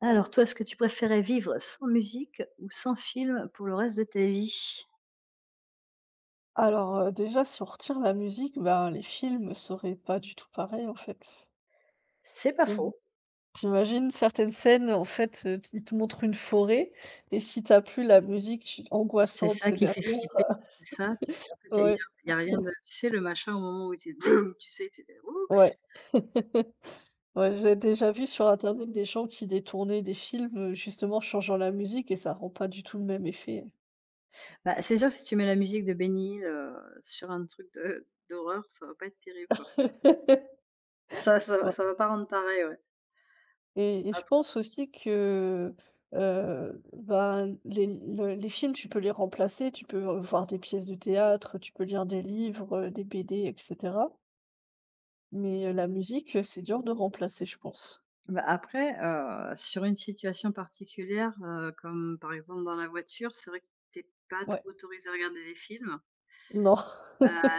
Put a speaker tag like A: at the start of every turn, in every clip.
A: Alors toi, est-ce que tu préférais vivre sans musique ou sans film pour le reste de ta vie?
B: Alors, déjà, si on retire la musique, bah, les films seraient pas du tout pareils, en fait.
A: C'est pas
B: T'im
A: faux.
B: T'imagines certaines scènes, en fait, ils te montrent une forêt et si t'as plus la musique tu
A: C'est ça
B: angoissante
A: qui
B: derrière.
A: fait flipper, c'est ça? Tu sais, en fait, il y
B: Ouais,
A: a y a rien de tu sais, le machin au moment où tu boum, tu sais, tu fais: «Ouh!»
B: ouais. Ouais, j'ai déjà vu sur internet des gens qui détournaient des films, justement en changeant la musique et ça rend pas du tout le même effet.
A: Bah, c'est sûr que si tu mets la musique de Benny Hill, sur un truc de d'horreur, ça va pas être terrible, quoi. Ça ça va
B: Ouais.
A: ça va pas rendre pareil, ouais.
B: Et je
A: Après
B: pense aussi que, ben, les films, tu peux les remplacer, tu peux, voir des pièces de théâtre, tu peux lire des livres, des BD et cetera. Mais, la musique, c'est dur de remplacer, je pense.
A: après, sur une situation particulière, comme par exemple dans la voiture, c'est vrai que t'es pas
B: Ouais.
A: trop autorisé à regarder des films.
B: Non.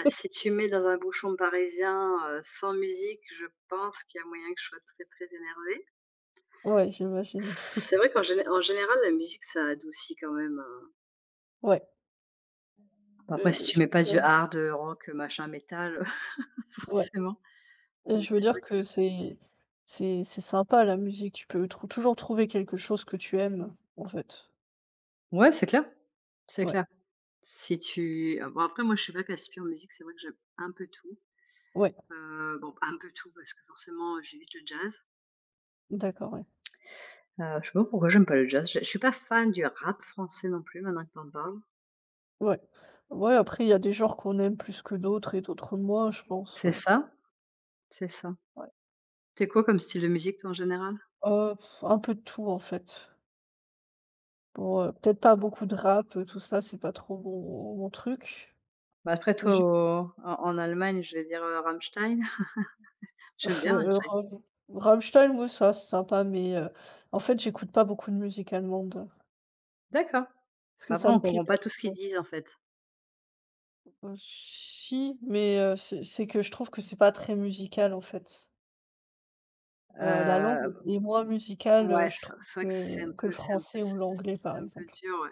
A: Si tu mets dans un bouchon parisien, sans musique, je pense qu'il y a moyen que je sois très, très énervée.
B: Ouais, j'imagine.
A: C'est vrai qu'en général, la musique, ça adoucit quand même,
B: Ouais.
A: bon après
B: Heu,
A: si tu
B: je
A: mets pas
B: veux
A: du
B: dire
A: hard, rock, machin, métal,
B: ouais.
A: forcément,
B: Et
A: mais
B: je veux
A: c'est
B: dire
A: vrai
B: que
A: que
B: c'est sympa la musique, tu peux trou toujours trouver quelque chose que tu aimes, en fait.
A: ouais, c'est clair, c'est
B: Ouais.
A: clair. Si tu ah bon après moi, je suis pas classique en musique, c'est vrai que j'aime un peu tout,
B: Ouais.
A: bon un peu tout parce que forcément, j'évite le jazz.
B: D'accord, ouais.
A: Je sais pas pourquoi j'aime pas le jazz, je suis pas fan du rap français non plus maintenant que t'en parles.
B: Ouais. Ouais, après, il y a des genres qu'on aime plus que d'autres et d'autres moins, je pense,
A: C'est
B: ouais.
A: ça? C'est ça.
B: Ouais.
A: C'est quoi comme style de musique toi en général?
B: Heu, un peu de tout, en fait. Bon, peut-être pas beaucoup de rap, tout ça, c'est pas trop mon truc.
A: Bah, après toi
B: J'écoute,
A: au en en Allemagne, je vais dire, Rammstein. J'aime bien
B: heu,
A: Rammstein.
B: Ramm Rammstein, oui, ça, c'est sympa, mais en fait, j'écoute pas beaucoup de musique allemande.
A: D'accord.
B: Parce
A: Bah,
B: que
A: après
B: ça
A: on
B: me plaît
A: comprend pas
B: pas
A: tout ce qu'ils
B: trop.
A: disent en fait.
B: Si, mais c'est que je trouve que c'est pas très musical, en fait. La langue
A: Heu,
B: est moins musicale,
A: ouais,
B: je
A: c'est
B: trouve,
A: c'est vrai que c'est un
B: que le
A: peu c'est un peu
B: français ou l'anglais, par
A: c'est un peu
B: exemple.
A: dur, ouais.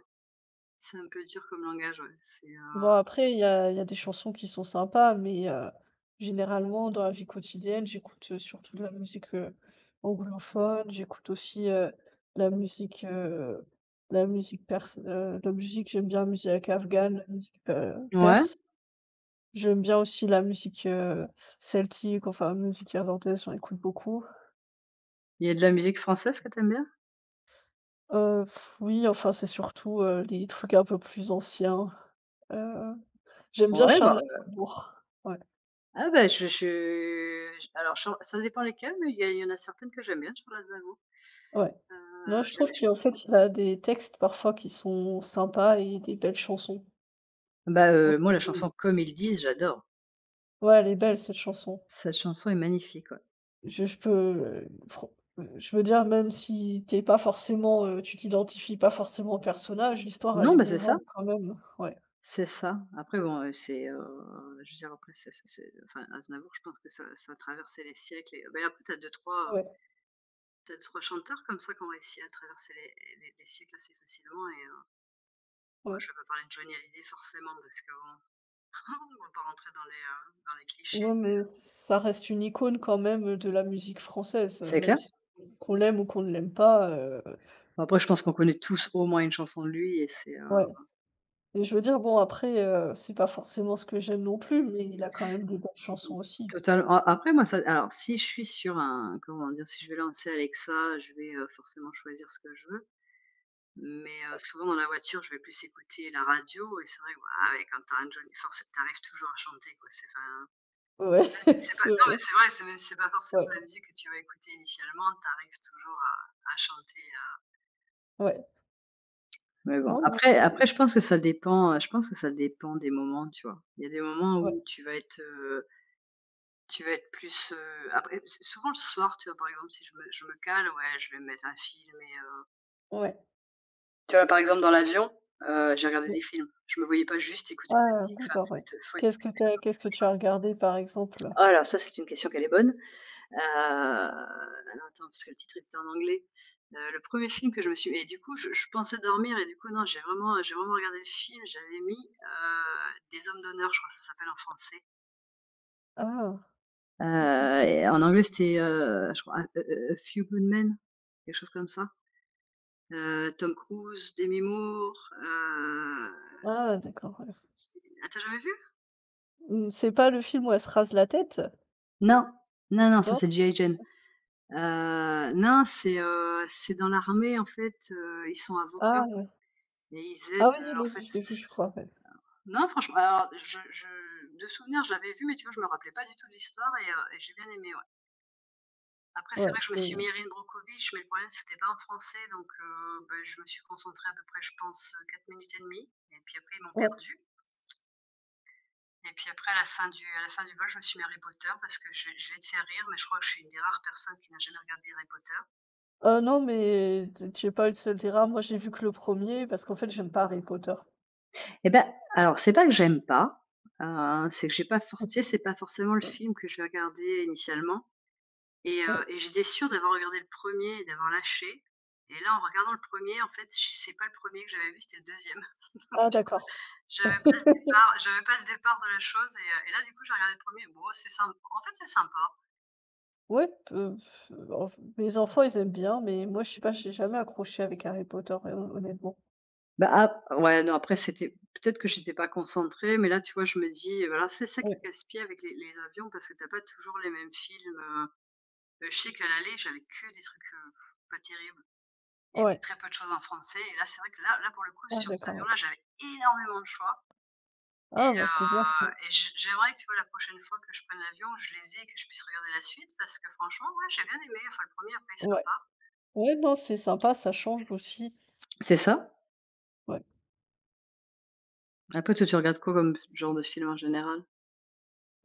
A: C'est un peu dur comme langage, ouais.
B: Bon après il y a des chansons qui sont sympas, mais généralement dans la vie quotidienne, j'écoute, surtout de la musique, anglophone. J'écoute aussi, la musique, heu, la musique perse, la musique j'aime bien la musique afghane, la musique,
A: Ouais,
B: perse. J'aime bien aussi la musique, celtique, enfin musique irlandaise, j'en écoute beaucoup.
A: il y a de la musique française que t'aimes bien?
B: Heu, oui, enfin c'est surtout, les trucs un peu plus anciens. Heu, j'aime bien
A: Ouais, bah,
B: Charles Aznavour. Ouais.
A: ah bah, je j alors sur ça dépend lesquelles, mais il y en a certaines que j'aime bien, sur Aznavour.
B: Ouais.
A: Heu,
B: Non, je
A: j'aime
B: trouve
A: j
B: qu'en fait, il a des textes parfois qui sont sympas et des belles chansons.
A: moi la chanson «Comme ils disent», j'adore.
B: Ouais, elle est belle cette chanson.
A: Cette chanson est magnifique, ouais.
B: Je peux fran je veux dire même si t'es pas forcément, tu t'identifies pas forcément au personnage, l'histoire elle
A: Non,
B: est
A: bah, c'est ça,
B: mouvante quand même. Ouais,
A: c'est ça. Après bon, c'est, je veux dire après c'est enfin Aznavour, je pense que ça a traversé les siècles et ben après
B: ouais,
A: t'as deux, trois chanteurs comme ça qui ont réussi à traverser les siècles assez facilement et moi
B: ouais.
A: je vais pas parler de Johnny Hallyday forcément parce que bon, on va pas rentrer dans les clichés.
B: Ouais, mais ça reste une icône quand même de la musique française,
A: C'est
B: même
A: clair.
B: si qu'on l'aime ou qu'on ne l'aime pas,
A: Après je pense qu'on connaît tous au moins une chanson de lui et c'est,
B: ouais. Et je veux dire bon après, c'est pas forcément ce que j'aime non plus, mais il a quand même de belles chansons aussi.
A: total a après moi ça alors si je suis sur un comment dire? Si je vais lancer Alexa, je vais, forcément choisir ce que je veux. Mais souvent dans la voiture, je vais plus écouter la radio et c'est vrai que bah, ouais, quand tu un Johnny forcé t'arrives toujours à chanter quoi. C'est enfin, même
B: Ouais,
A: si c'est pas
B: c'est
A: non mais
B: vrai.
A: c'est vrai, c'est même si c'est pas forcément
B: Ouais,
A: la musique que tu vas écouter initialement, t'arrives toujours à chanter,
B: ouais.
A: mais bon,
B: Non, mais
A: après
B: c'est
A: après
B: je
A: je pense que ça dépend, je pense que ça dépend des moments, tu vois? Il y a des moments
B: ouais,
A: où tu vas être plus, après s souvent le soir, tu vois, par exemple, si je me cale, ouais, je vais mettre un film et
B: ouais.
A: Tu vois, par exemple, dans l'avion, j'ai regardé
B: Ouais.
A: des films. Je me voyais pas juste écouter de la
B: Ah,
A: musique, enfin,
B: d'accord,
A: faut
B: ouais.
A: être faut être sur quelque
B: Qu'est-ce que tu as
A: chose.
B: regardé, par exemple?
A: Oh alors ça, c'est une question qu'elle est bonne. Alors attends, parce que le titre était en anglais. Le premier film que je me suis et du coup, je pensais dormir et du coup, non, j'ai vraiment regardé le film, j'avais mis, Des hommes d'honneur, je crois que ça s'appelle en français.
B: Ah! ça-
A: Et en anglais, c'était, je crois, A Few Good Men, quelque chose comme ça. Tom Cruise, Demi Moore,
B: Ah, d'accord, ouais.
A: c'est ah, tu as jamais vu?
B: Mmh, c'est pas le film où elle se rase la tête?
A: Non, non, non, ça
B: Non?
A: c'est G.I. Jane. Non, c'est dans l'armée en fait, ils sont avocats
B: Ah ouais.
A: et ils
B: Ah
A: aident,
B: oui, je
A: en
B: l'ai vu,
A: fait
B: je
A: c
B: l'ai vu, je
A: c
B: crois, ouais.
A: non franchement alors je de souvenir je l'avais vu mais tu vois je me rappelais pas du tout de l'histoire et j'ai bien aimé, ouais. Après c'est
B: Ouais,
A: vrai que je me
B: c'est
A: suis mis Erin Brockovich mais le problème c'était pas en français donc bah, je me suis concentrée à peu près je pense, 4 minutes et demie. Et puis après ils m'ont
B: ouais.
A: perdue et puis après à la fin du vol je me suis mis Harry Potter parce que je vais te faire rire mais je crois que je suis une des rares personnes qui n'a jamais regardé Harry Potter.
B: Non, mais tu es pas le seul dira. Moi, j'ai vu que le premier parce qu'en fait, j'aime pas Harry Potter.
A: Et ben, alors c'est pas que j'aime pas, c'est que j'ai pas forc c'est pas forcément le
B: Ouais,
A: film que je vais regarder initialement et heu
B: ouais.
A: et j'étais sûre d'avoir regardé le premier et d'avoir lâché et là, en regardant le premier, en fait, j c'est pas le premier que j'avais vu, c'était le deuxième. Donc
B: Ah
A: du coup,
B: d'accord.
A: j'avais pas le départ j'avais pas le départ de la chose et là, du coup, j'ai regardé le premier. Bon, c'est sympa. En fait, c'est sympa.
B: Ouais, peu enf mes enfants, ils aiment bien, mais moi, je sais pas, j'ai jamais accroché avec Harry Potter, honnêtement.
A: Bah, ap ouais, non, après c'était peut-être que j'étais pas concentrée, mais là, tu vois, je me dis, voilà, c'est ça qui
B: Ouais,
A: casse-pied avec les avions parce que t'as pas toujours les mêmes films. Je sais qu'à l'aller, j'avais que des trucs, pas terribles et
B: ouais.
A: très peu de choses en français et là, c'est vrai que là là, pour le coup,
B: Ouais,
A: sur cet
B: d'accord, ouais.
A: avion-là, j'avais énormément de choix et
B: Ah bah, c'est bien.
A: euh, et j'aimerais, que, tu vois, la prochaine fois que je prenne l'avion, je les ai et que je puisse regarder la suite parce que franchement, ouais, j'ai bien aimé. Enfin, le premier er après, il est
B: Ouais.
A: sympa.
B: Ouais, non, c'est sympa, ça change aussi.
A: C'est ça?
B: Ouais.
A: Après, toi, tu regardes quoi comme f genre de film en général?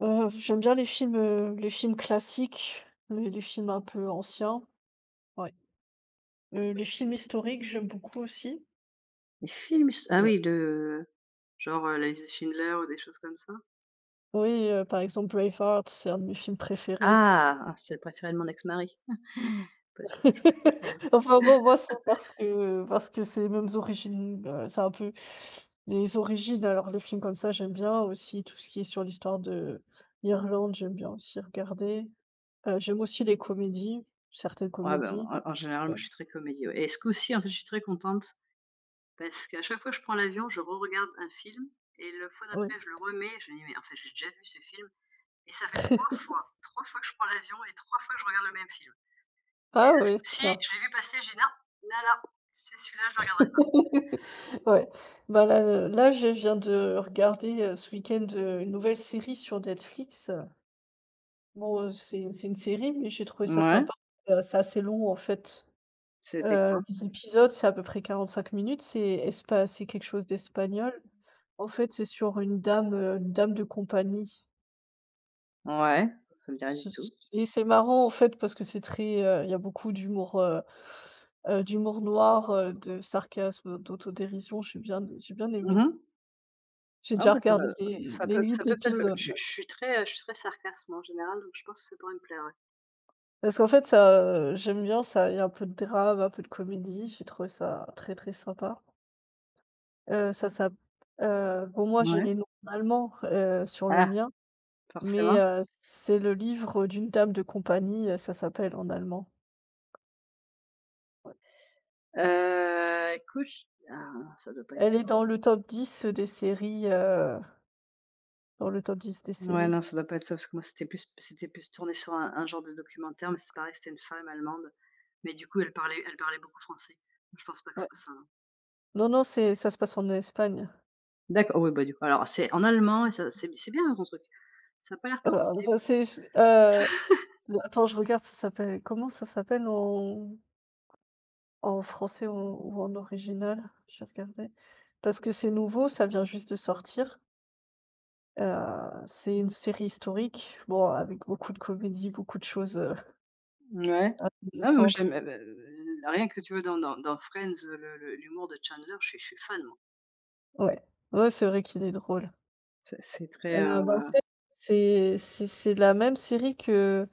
B: J'aime bien les films classiques, les films un peu anciens. Ouais. Les films historiques, j'aime beaucoup aussi.
A: Les films s Ah
B: Ouais.
A: oui, de genre, la liste de Schindler ou des choses comme ça?
B: Oui, par exemple, Braveheart, c'est un de mes films préférés.
A: Ah! Ah, c'est le préféré de mon ex-mari. Pas sûre que je suis contente, mais
B: Enfin bon, moi, c'est parce que c'est les mêmes origines, c'est un peu les origines. Alors les films comme ça, j'aime bien aussi tout ce qui est sur l'histoire de l'Irlande, j'aime bien aussi regarder. J'aime aussi les comédies, certaines
A: ouais, ben,
B: comédies.
A: en général, moi,
B: Ouais,
A: je suis très comédie, ouais et ce coup-ci, en fait, je suis très contente parce qu'à chaque fois que je prends l'avion, je reregarde un film et le fois
B: oui.
A: d'après, je le remets je me dis: «Mais en fait, j'ai déjà vu ce film» et ça fait 3 fois que je prends l'avion et 3 fois que je regarde le même film. Là,
B: Ah
A: ce
B: oui,
A: coup-ci,
B: tiens.
A: je l'ai vu passer, j'ai dit: «Non, non, non, c'est celui-là, je le regarderai».
B: Ouais. Bah là, je viens de regarder, ce week-end, une nouvelle série sur Netflix. Bon, c'est une série, mais j'ai trouvé ça
A: Mouais,
B: sympa. C'est assez long en fait.
A: c'était quoi?
B: Les épisodes, c'est à peu près 45 minutes, c'est quelque chose d'espagnol. En fait, c'est sur une dame de compagnie.
A: Ouais, ça me dit rien du
B: Ce c
A: tout.
B: Et c'est marrant, en fait, parce que il y a beaucoup d'humour, d'humour noir, de sarcasme, d'autodérision. J'ai bien aimé.
A: Mmh.
B: J'ai
A: Ah
B: déjà
A: bah,
B: regardé les
A: ça
B: les
A: peut ça
B: 8
A: peut peut-être me je suis
B: épisodes.
A: je suis très, je suis très sarcasme en général, donc je pense que ça pourrait me plaire, ouais.
B: Parce qu'en fait, ça, j'aime bien ça, il y a un peu de drame, un peu de comédie, j'ai trouvé ça très, très sympa. Heu, ça s'app heu, bon, moi j'ai
A: Ouais.
B: les noms en allemand, sur le
A: Ah,
B: mien, mais
A: forcément.
B: c'est le livre d'une dame de compagnie, ça s'appelle en allemand.
A: Écoute, j ah ça doit pas être
B: Elle
A: ça.
B: est dans le top 10 des séries, dans le top 10 des
A: Ouais,
B: séries,
A: non, ça doit pas être ça parce que moi, c'était plus tourné sur un genre de documentaire, mais c'est pareil, c'était une femme allemande, mais du coup, elle parlait beaucoup français. Donc je pense pas que ce
B: ouais.
A: soit ça, non.
B: Non, non, c'est ça se passe en Espagne.
A: D'accord, oui, bah, du coup, alors c'est en allemand et ça c'est bien, hein, ton truc. Ça a pas l'air tordu,
B: Heu, ça
A: écoute.
B: c'est ch heu, attends je regarde, ça s'appelle comment, ça s'appelle en français ou en original? Je vais regarder. Parce que c'est nouveau, ça vient juste de sortir. C'est une série historique, bon avec beaucoup de comédie, beaucoup de choses,
A: Ouais. Non mais moi
B: intéressantes.
A: j'aime, bah, rien que tu vois dans Friends, le l'humour de Chandler, je suis fan moi.
B: Ouais, ouais, c'est vrai qu'il est drôle.
A: C'est très,
B: Bah, en fait, c'est la même série que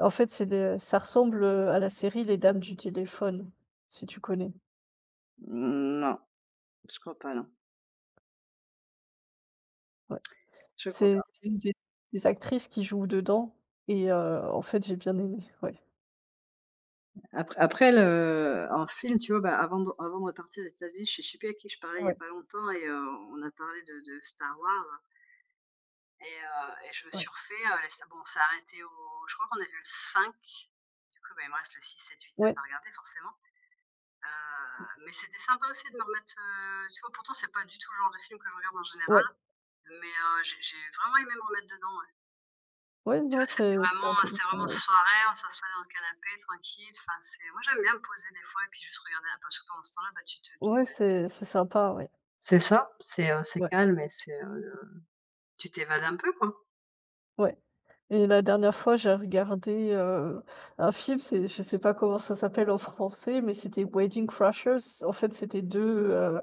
B: en fait, c'est le ça ressemble, à la série Les Dames du téléphone, si tu connais?
A: non, je crois pas, non.
B: Ouais.
A: Je crois.
B: C'est une des actrices qui joue dedans et en fait, j'ai bien aimé, ouais.
A: Après le en film, tu vois, bah, avant de repartir aux États-Unis, je sais plus avec qui je parlais il y a
B: Ouais,
A: pas longtemps et on a parlé de Star Wars et je me suis
B: ouais,
A: refait, les bon, ça a arrêté au je crois qu'on a vu le cinq. Du coup, bah, il me reste le six sept huit 9
B: ouais,
A: à regarder forcément, mais c'était sympa aussi de me remettre, tu vois, pourtant c'est pas du tout le genre de film que je regarde en général,
B: ouais,
A: mais j'ai vraiment aimé me remettre dedans, ouais.
B: ouais,
A: Tu
B: non,
A: vois, c'était
B: c'est
A: vraiment c'était
B: intéressant,
A: vraiment
B: ouais.
A: soirée, on s'installait dans le canapé tranquille, enfin c'est moi j'aime bien me poser des fois et puis juste regarder un peu parce que pendant ce temps-là, bah, tu te tu
B: Ouais, c'est sympa, ouais,
A: c'est ça, c'est
B: ouais,
A: calme et c'est, tu t'évades un peu, quoi.
B: ouais. Et la dernière fois, j'ai regardé, un film, c'est je sais pas comment ça s'appelle en français, mais c'était Wedding Crashers. En fait, c'était 2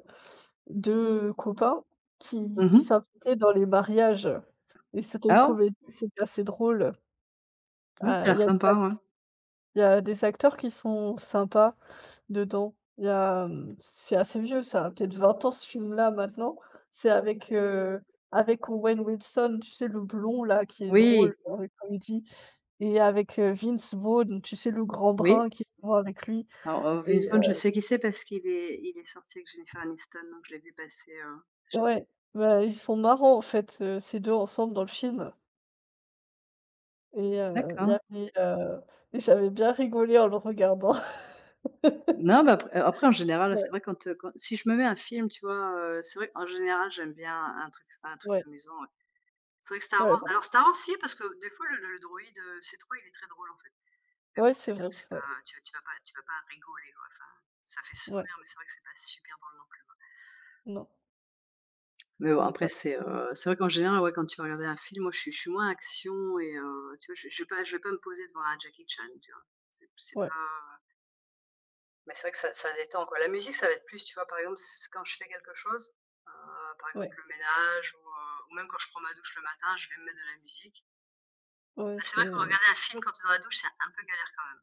B: 2 copains qui
A: Mmh
B: qui
A: mh.
B: s'invitaient dans les mariages et c'était une
A: Ah ouais,
B: comédie, c'était assez drôle.
A: ouais, ça a
B: Ah,
A: l'air sympa, ouais.
B: il y a des acteurs qui sont sympas dedans. Il y a, c'est assez vieux, ça a peut-être 20 ans ce film-là maintenant. C'est avec Owen Wilson, tu sais, le blond là qui est
A: Oui,
B: drôle dans les comédies. Et avec, Vince Vaughn, tu sais, le grand
A: oui.
B: brun qui se voit avec lui
A: Alors, Vince
B: et
A: Vaughn, je sais qui c'est parce qu'il est sorti avec Jennifer Aniston, donc je l'ai vu passer,
B: ouais, bah, ils sont marrants, en fait, ces 2 ensemble dans le film et il y
A: d'accord.
B: avait, et j'avais bien rigolé en le regardant.
A: Non, bah, après en général, c'est
B: Ouais,
A: vrai quand, quand si je me mets un film, tu vois, c'est vrai en général, j'aime bien un truc
B: ouais,
A: amusant, ouais. C'est vrai que Star
B: ouais,
A: Wars, alors
B: bon.
A: Star Wars si, parce que des fois le droïde, C3 il est très drôle en fait. Mais
B: Ouais,
A: bon
B: c'est
A: c'est tout,
B: vrai,
A: c'est
B: ouais,
A: pas tu vas pas rigoler quoi, enfin, ça fait
B: ouais,
A: sourire mais c'est vrai que c'est pas super drôle non plus, quoi.
B: non,
A: Mais bon après
B: ouais,
A: c'est vrai qu'en général ouais quand tu vas regarder un film, moi je suis moins action et tu vois? Je vais pas je vais pas me poser devant un Jackie Chan, tu vois? C'est
B: ouais,
A: pas, mais c'est vrai que ça détend quoi. La musique ça va être plus, tu vois? Par exemple s quand je fais quelque chose, par exemple
B: ouais,
A: le ménage ou même quand je prends ma douche le matin, je vais me mettre de la musique.
B: ouais,
A: Bah, c'est vrai que
B: c'est
A: regarder un film quand tu es dans la douche, c'est un peu galère quand même.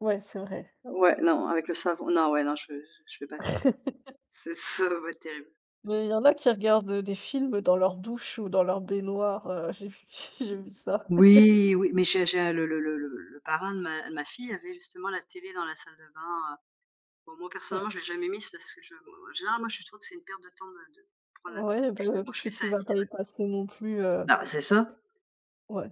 B: ouais, c'est vrai.
A: Ouais, non, avec le savon non, ouais, non, je vais pas faire. C'est ça va être terrible.
B: Mais il y en a qui regardent, des films dans leur douche ou dans leur baignoire, j'ai vu j'ai vu ça.
A: Oui, oui, mais j'ai le parrain de ma fille avait justement la télé dans la salle de bain, bon moi
B: Ouais,
A: personnellement je l'ai jamais mise parce que je en général moi je trouve que c'est une perte de temps de prendre la douche,
B: ouais,
A: donc je
B: bah,
A: moi je
B: parce que
A: fais ça
B: tu vas
A: vite,
B: pas y
A: ouais.
B: passer non plus,
A: Bah, c'est ça,
B: ouais.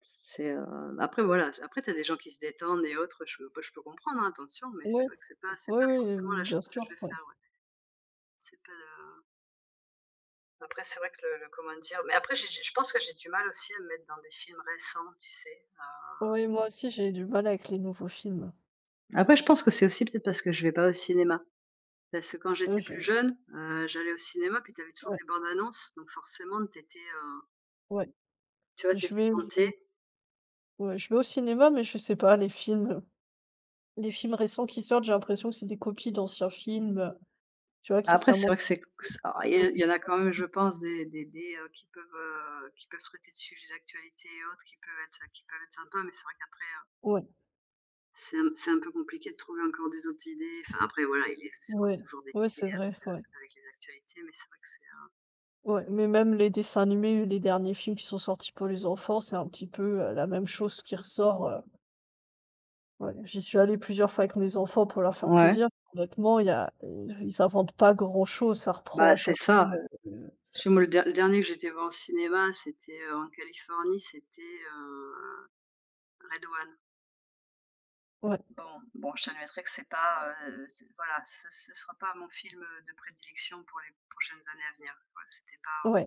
A: c'est, après voilà, après tu as des gens qui se détendent et autres, je peux comprendre, hein, attention, mais
B: Ouais.
A: c'est vrai que c'est pas c'est
B: Oui,
A: pas
B: oui,
A: forcément la
B: bien
A: chose que je
B: sûr,
A: vais
B: ouais.
A: faire, ouais. C'est pas, après, c'est vrai que le comment dire? Mais après, j'ai je pense que j'ai du mal aussi à me mettre dans des films récents, tu sais?
B: Oui, moi aussi, j'ai du mal avec les nouveaux films.
A: Après, je pense que c'est aussi peut-être parce que je vais pas au cinéma. Parce que quand j'étais plus
B: Je
A: jeune, j'allais au cinéma, puis t'avais toujours
B: ouais,
A: des bandes annonces, donc forcément, t'étais étais,
B: ouais.
A: tu vois,
B: Je
A: t'étais
B: vais
A: tenté.
B: ouais, je vais au cinéma, mais je sais pas, les films récents qui sortent, j'ai l'impression que c'est des copies d'anciens films, tu vois? Qui
A: Après,
B: ça
A: c'est
B: manque
A: vrai que c'est q ça il y a il y en a quand même, je
B: d'originalité.
A: pense, des qui peuvent traiter de sujets d'actualité et autres, qui peuvent être sympas, mais c'est vrai qu'après,
B: Ouais,
A: c'est un peu compliqué de trouver encore des autres idées. Enfin après voilà, il existe
B: ouais,
A: toujours des
B: ouais, c'est
A: idées
B: vrai,
A: avec,
B: ouais.
A: avec les actualités, mais c'est vrai que c'est,
B: Ouais, mais même les dessins animés, les derniers films qui sont sortis pour les enfants, c'est un petit peu, la même chose qui ressort. Ouais, j'y suis allée plusieurs fois avec mes enfants pour leur faire
A: ouais.
B: plaisir. Honnêtement, il y a ils inventent pas grand-chose, ça reprend
A: Bah,
B: à
A: c'est
B: chaque fois,
A: ça.
B: heu
A: Chez moi, le dernier que j'étais voir au cinéma, c'était, en Californie, c'était, Redouane.
B: ouais,
A: Bon, bon, je t'admettrai que c'est pas, c'est voilà, ce sera pas mon film, de prédilection pour les prochaines années à venir, quoi. C'était pas
B: ouais,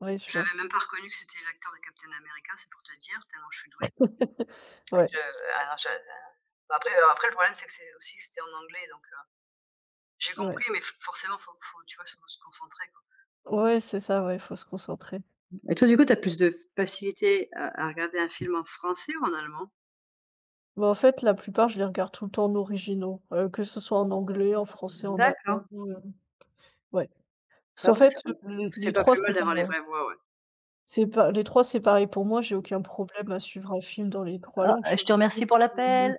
B: ouais, je vois.
A: J'avais même pas reconnu que c'était l'acteur de Captain America, c'est pour te dire, tellement je suis douée.
B: Ouais,
A: Je ah je Bah, après, après le problème c'est que c'est aussi c'était en anglais donc j'ai
B: ouais,
A: compris mais f forcément faut tu vois, faut se concentrer quoi.
B: ouais, c'est ça, ouais, il faut se concentrer.
A: Et toi, du coup, tu as plus de facilité à regarder un film en français ou en allemand?
B: Bah, en fait, la plupart, je les regarde tout le temps en originaux, que ce soit en anglais, en français, en
A: D'accord.
B: allemand, ouais. Parce
A: Bah,
B: qu'en
A: après ça
B: fait,
A: c'est
B: les
A: pas
B: 3,
A: plus mal
B: c'est pas
A: d'avoir les vraies voix, ouais.
B: c'est pas les 3, c'est pareil pour moi, j'ai aucun problème à suivre un film dans les 3 langues. Je suis